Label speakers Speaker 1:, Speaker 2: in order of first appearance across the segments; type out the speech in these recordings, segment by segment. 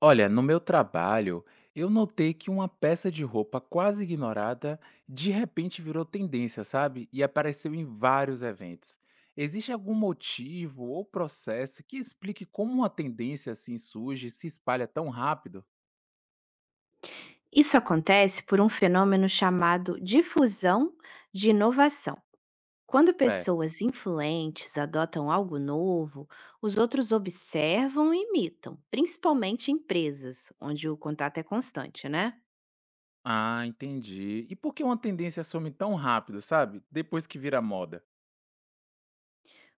Speaker 1: Olha, no meu trabalho, eu notei que uma peça de roupa quase ignorada de repente virou tendência, sabe? E apareceu em vários eventos. Existe algum motivo ou processo que explique como uma tendência assim surge e se espalha tão rápido?
Speaker 2: Isso acontece por um fenômeno chamado difusão de inovação. Quando
Speaker 1: É.
Speaker 2: pessoas influentes adotam algo novo, os outros observam e imitam, principalmente empresas, onde o contato é constante, né?
Speaker 1: Ah, entendi. E por que uma tendência some tão rápido, sabe? Depois que vira moda?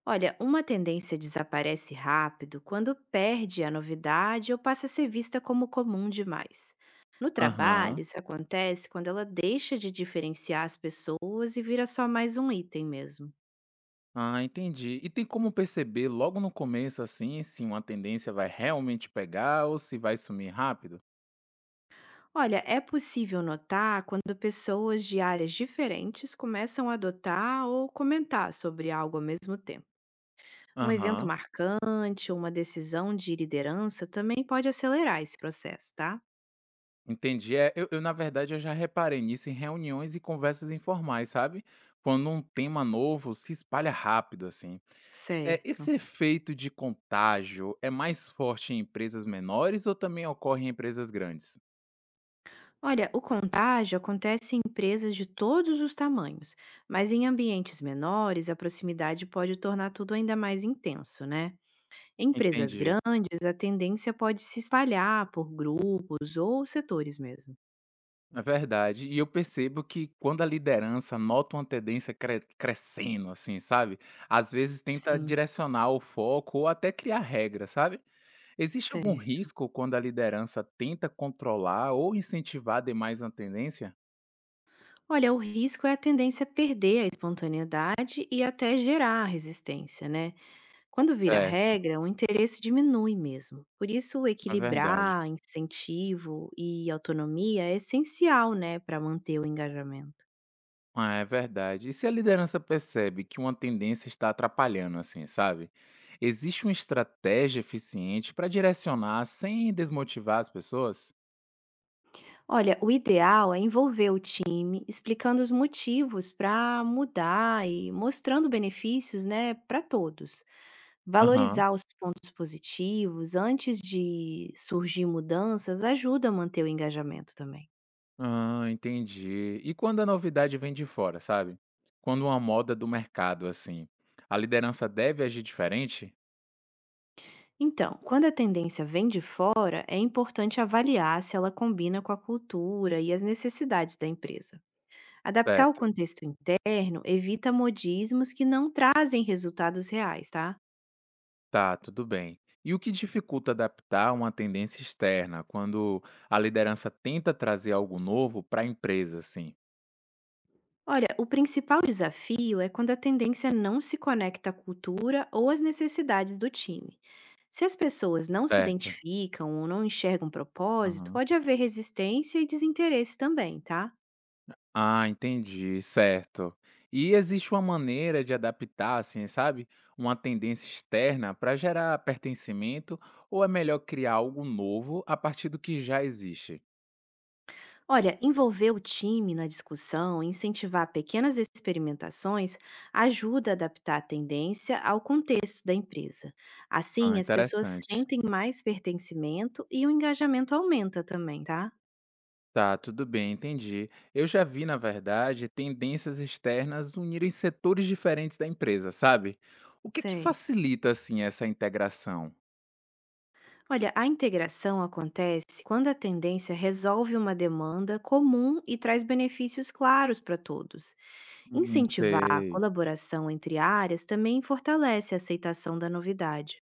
Speaker 2: Olha, uma tendência desaparece rápido quando perde a novidade ou passa a ser vista como comum demais. No trabalho,
Speaker 1: Aham.
Speaker 2: isso acontece quando ela deixa de diferenciar as pessoas e vira só mais um item mesmo.
Speaker 1: Ah, entendi. E tem como perceber logo no começo assim se uma tendência vai realmente pegar ou se vai sumir rápido?
Speaker 2: Olha, é possível notar quando pessoas de áreas diferentes começam a adotar ou comentar sobre algo ao mesmo tempo. Um evento
Speaker 1: Aham,
Speaker 2: marcante ou uma decisão de liderança também pode acelerar esse processo, tá?
Speaker 1: entendi. É, eu na verdade eu já reparei nisso em reuniões e conversas informais, sabe. Quando um tema novo se espalha rápido, assim. É, esse
Speaker 2: Certo.
Speaker 1: efeito de contágio é mais forte em empresas menores ou também ocorre em empresas grandes?
Speaker 2: Olha, o contágio acontece em empresas de todos os tamanhos, mas em ambientes menores, a proximidade pode tornar tudo ainda mais intenso, né? Em empresas
Speaker 1: Entendi.
Speaker 2: grandes, a tendência pode se espalhar por grupos ou setores mesmo.
Speaker 1: É verdade. E eu percebo que quando a liderança nota uma tendência crescendo, assim, sabe, às vezes tenta
Speaker 2: Sim.
Speaker 1: direcionar o foco ou até criar regras, sabe. Existe algum
Speaker 2: Certo.
Speaker 1: risco quando a liderança tenta controlar ou incentivar demais uma tendência?
Speaker 2: Olha, o risco é a tendência a perder a espontaneidade e até gerar resistência, né? Quando vira
Speaker 1: É,
Speaker 2: regra, o interesse diminui mesmo. Por isso,
Speaker 1: é verdade.
Speaker 2: equilibrar incentivo e autonomia é essencial, né, para manter o engajamento.
Speaker 1: Ah, é verdade. E se a liderança percebe que uma tendência está atrapalhando, assim, sabe? Existe uma estratégia eficiente para direcionar sem desmotivar as pessoas?
Speaker 2: Olha, o ideal é envolver o time, explicando os motivos para mudar e mostrando benefícios, né, para todos.
Speaker 1: Aham.
Speaker 2: Valorizar os pontos positivos antes de surgir mudanças ajuda a manter o engajamento também.
Speaker 1: Ah, entendi. E quando a novidade vem de fora, sabe? Quando uma moda do mercado, assim, a liderança deve agir diferente?
Speaker 2: Então, quando a tendência vem de fora, é importante avaliar se ela combina com a cultura e as necessidades da empresa. Adaptar o
Speaker 1: Certo.
Speaker 2: contexto interno evita modismos que não trazem resultados reais, tá?
Speaker 1: Tá, tudo bem. E o que dificulta adaptar uma tendência externa quando a liderança tenta trazer algo novo para a empresa, assim?
Speaker 2: Olha, o principal desafio é quando a tendência não se conecta à cultura ou às necessidades do time. Se as pessoas não se
Speaker 1: Certo.
Speaker 2: identificam ou não enxergam propósito,
Speaker 1: Aham.
Speaker 2: pode haver resistência e desinteresse também, tá?
Speaker 1: Ah, entendi, certo. E existe uma maneira de adaptar, assim, sabe, uma tendência externa para gerar pertencimento ou é melhor criar algo novo a partir do que já existe?
Speaker 2: Olha, envolver o time na discussão, incentivar pequenas experimentações, ajuda a adaptar a tendência ao contexto da empresa.
Speaker 1: Ah,
Speaker 2: Assim, as pessoas
Speaker 1: interessante.
Speaker 2: sentem mais pertencimento e o engajamento aumenta também, tá?
Speaker 1: Tá, tudo bem, entendi. Eu já vi, na verdade, tendências externas unirem setores diferentes da empresa, sabe? O que que
Speaker 2: Certo.
Speaker 1: facilita, assim, essa integração?
Speaker 2: Olha, a integração acontece quando a tendência resolve uma demanda comum e traz benefícios claros para todos.
Speaker 1: Uhum.
Speaker 2: Incentivar a
Speaker 1: Sei.
Speaker 2: colaboração entre áreas também fortalece a aceitação da novidade.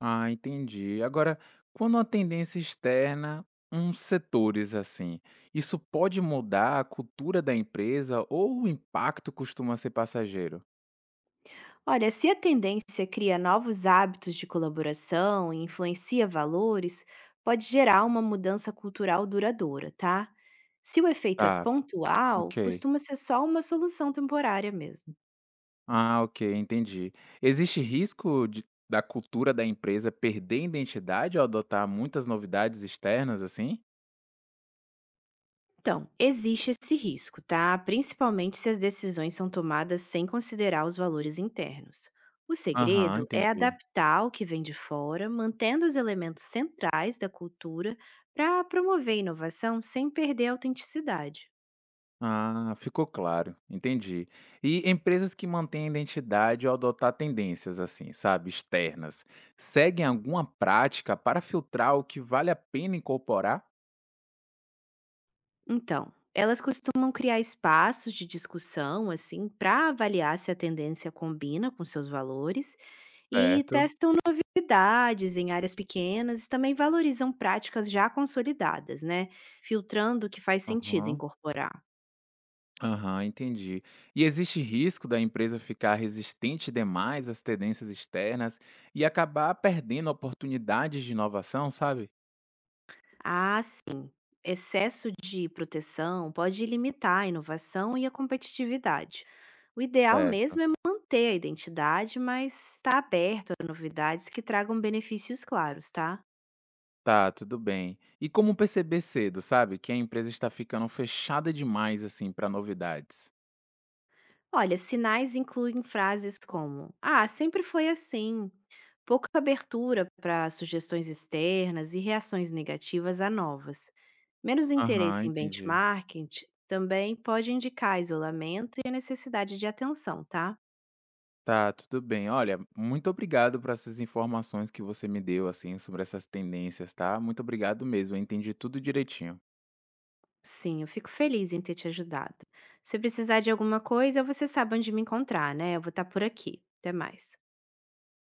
Speaker 1: Ah, entendi. Agora, quando a tendência externa, uns setores, assim, isso pode mudar a cultura da empresa ou o impacto costuma ser passageiro?
Speaker 2: Olha, se a tendência cria novos hábitos de colaboração e influencia valores, pode gerar uma mudança cultural duradoura, tá? Se o efeito é
Speaker 1: Tá,
Speaker 2: pontual,
Speaker 1: ok.
Speaker 2: costuma ser só uma solução temporária mesmo.
Speaker 1: Ah, ok, entendi. Existe risco de, da cultura da empresa perder identidade ao adotar muitas novidades externas assim?
Speaker 2: Então, existe esse risco, tá? Principalmente se as decisões são tomadas sem considerar os valores internos. O
Speaker 1: Aham,
Speaker 2: segredo é
Speaker 1: entendi.
Speaker 2: adaptar o que vem de fora, mantendo os elementos centrais da cultura para promover inovação sem perder a autenticidade.
Speaker 1: Ah, ficou claro, entendi. E empresas que mantêm a identidade ao adotar tendências assim, sabe, externas, seguem alguma prática para filtrar o que vale a pena incorporar?
Speaker 2: Então, elas costumam criar espaços de discussão, assim, para avaliar se a tendência combina com seus valores e
Speaker 1: Certo.
Speaker 2: testam novidades em áreas pequenas e também valorizam práticas já consolidadas, né? Filtrando o que faz sentido
Speaker 1: Aham.
Speaker 2: incorporar.
Speaker 1: Aham, entendi. E existe risco da empresa ficar resistente demais às tendências externas e acabar perdendo oportunidades de inovação, sabe?
Speaker 2: Ah, sim, excesso de proteção pode limitar a inovação e a competitividade. O ideal
Speaker 1: Certo.
Speaker 2: mesmo é manter a identidade, mas estar aberto a novidades que tragam benefícios claros, tá?
Speaker 1: Tá, tudo bem. E como perceber cedo, sabe, que a empresa está ficando fechada demais assim para novidades?
Speaker 2: Olha, sinais incluem frases como: ah, sempre foi assim, pouca abertura para sugestões externas e reações negativas a novas. Menos
Speaker 1: Aham,
Speaker 2: interesse em
Speaker 1: entendi.
Speaker 2: benchmarking também pode indicar isolamento e a necessidade de atenção, tá?
Speaker 1: Tá, tudo bem. Olha, muito obrigado por essas informações que você me deu assim sobre essas tendências, tá? Muito obrigado mesmo, eu entendi tudo direitinho.
Speaker 2: Sim, eu fico feliz em ter te ajudado. Se precisar de alguma coisa, você sabe onde me encontrar, né? Eu vou estar por aqui. Até mais.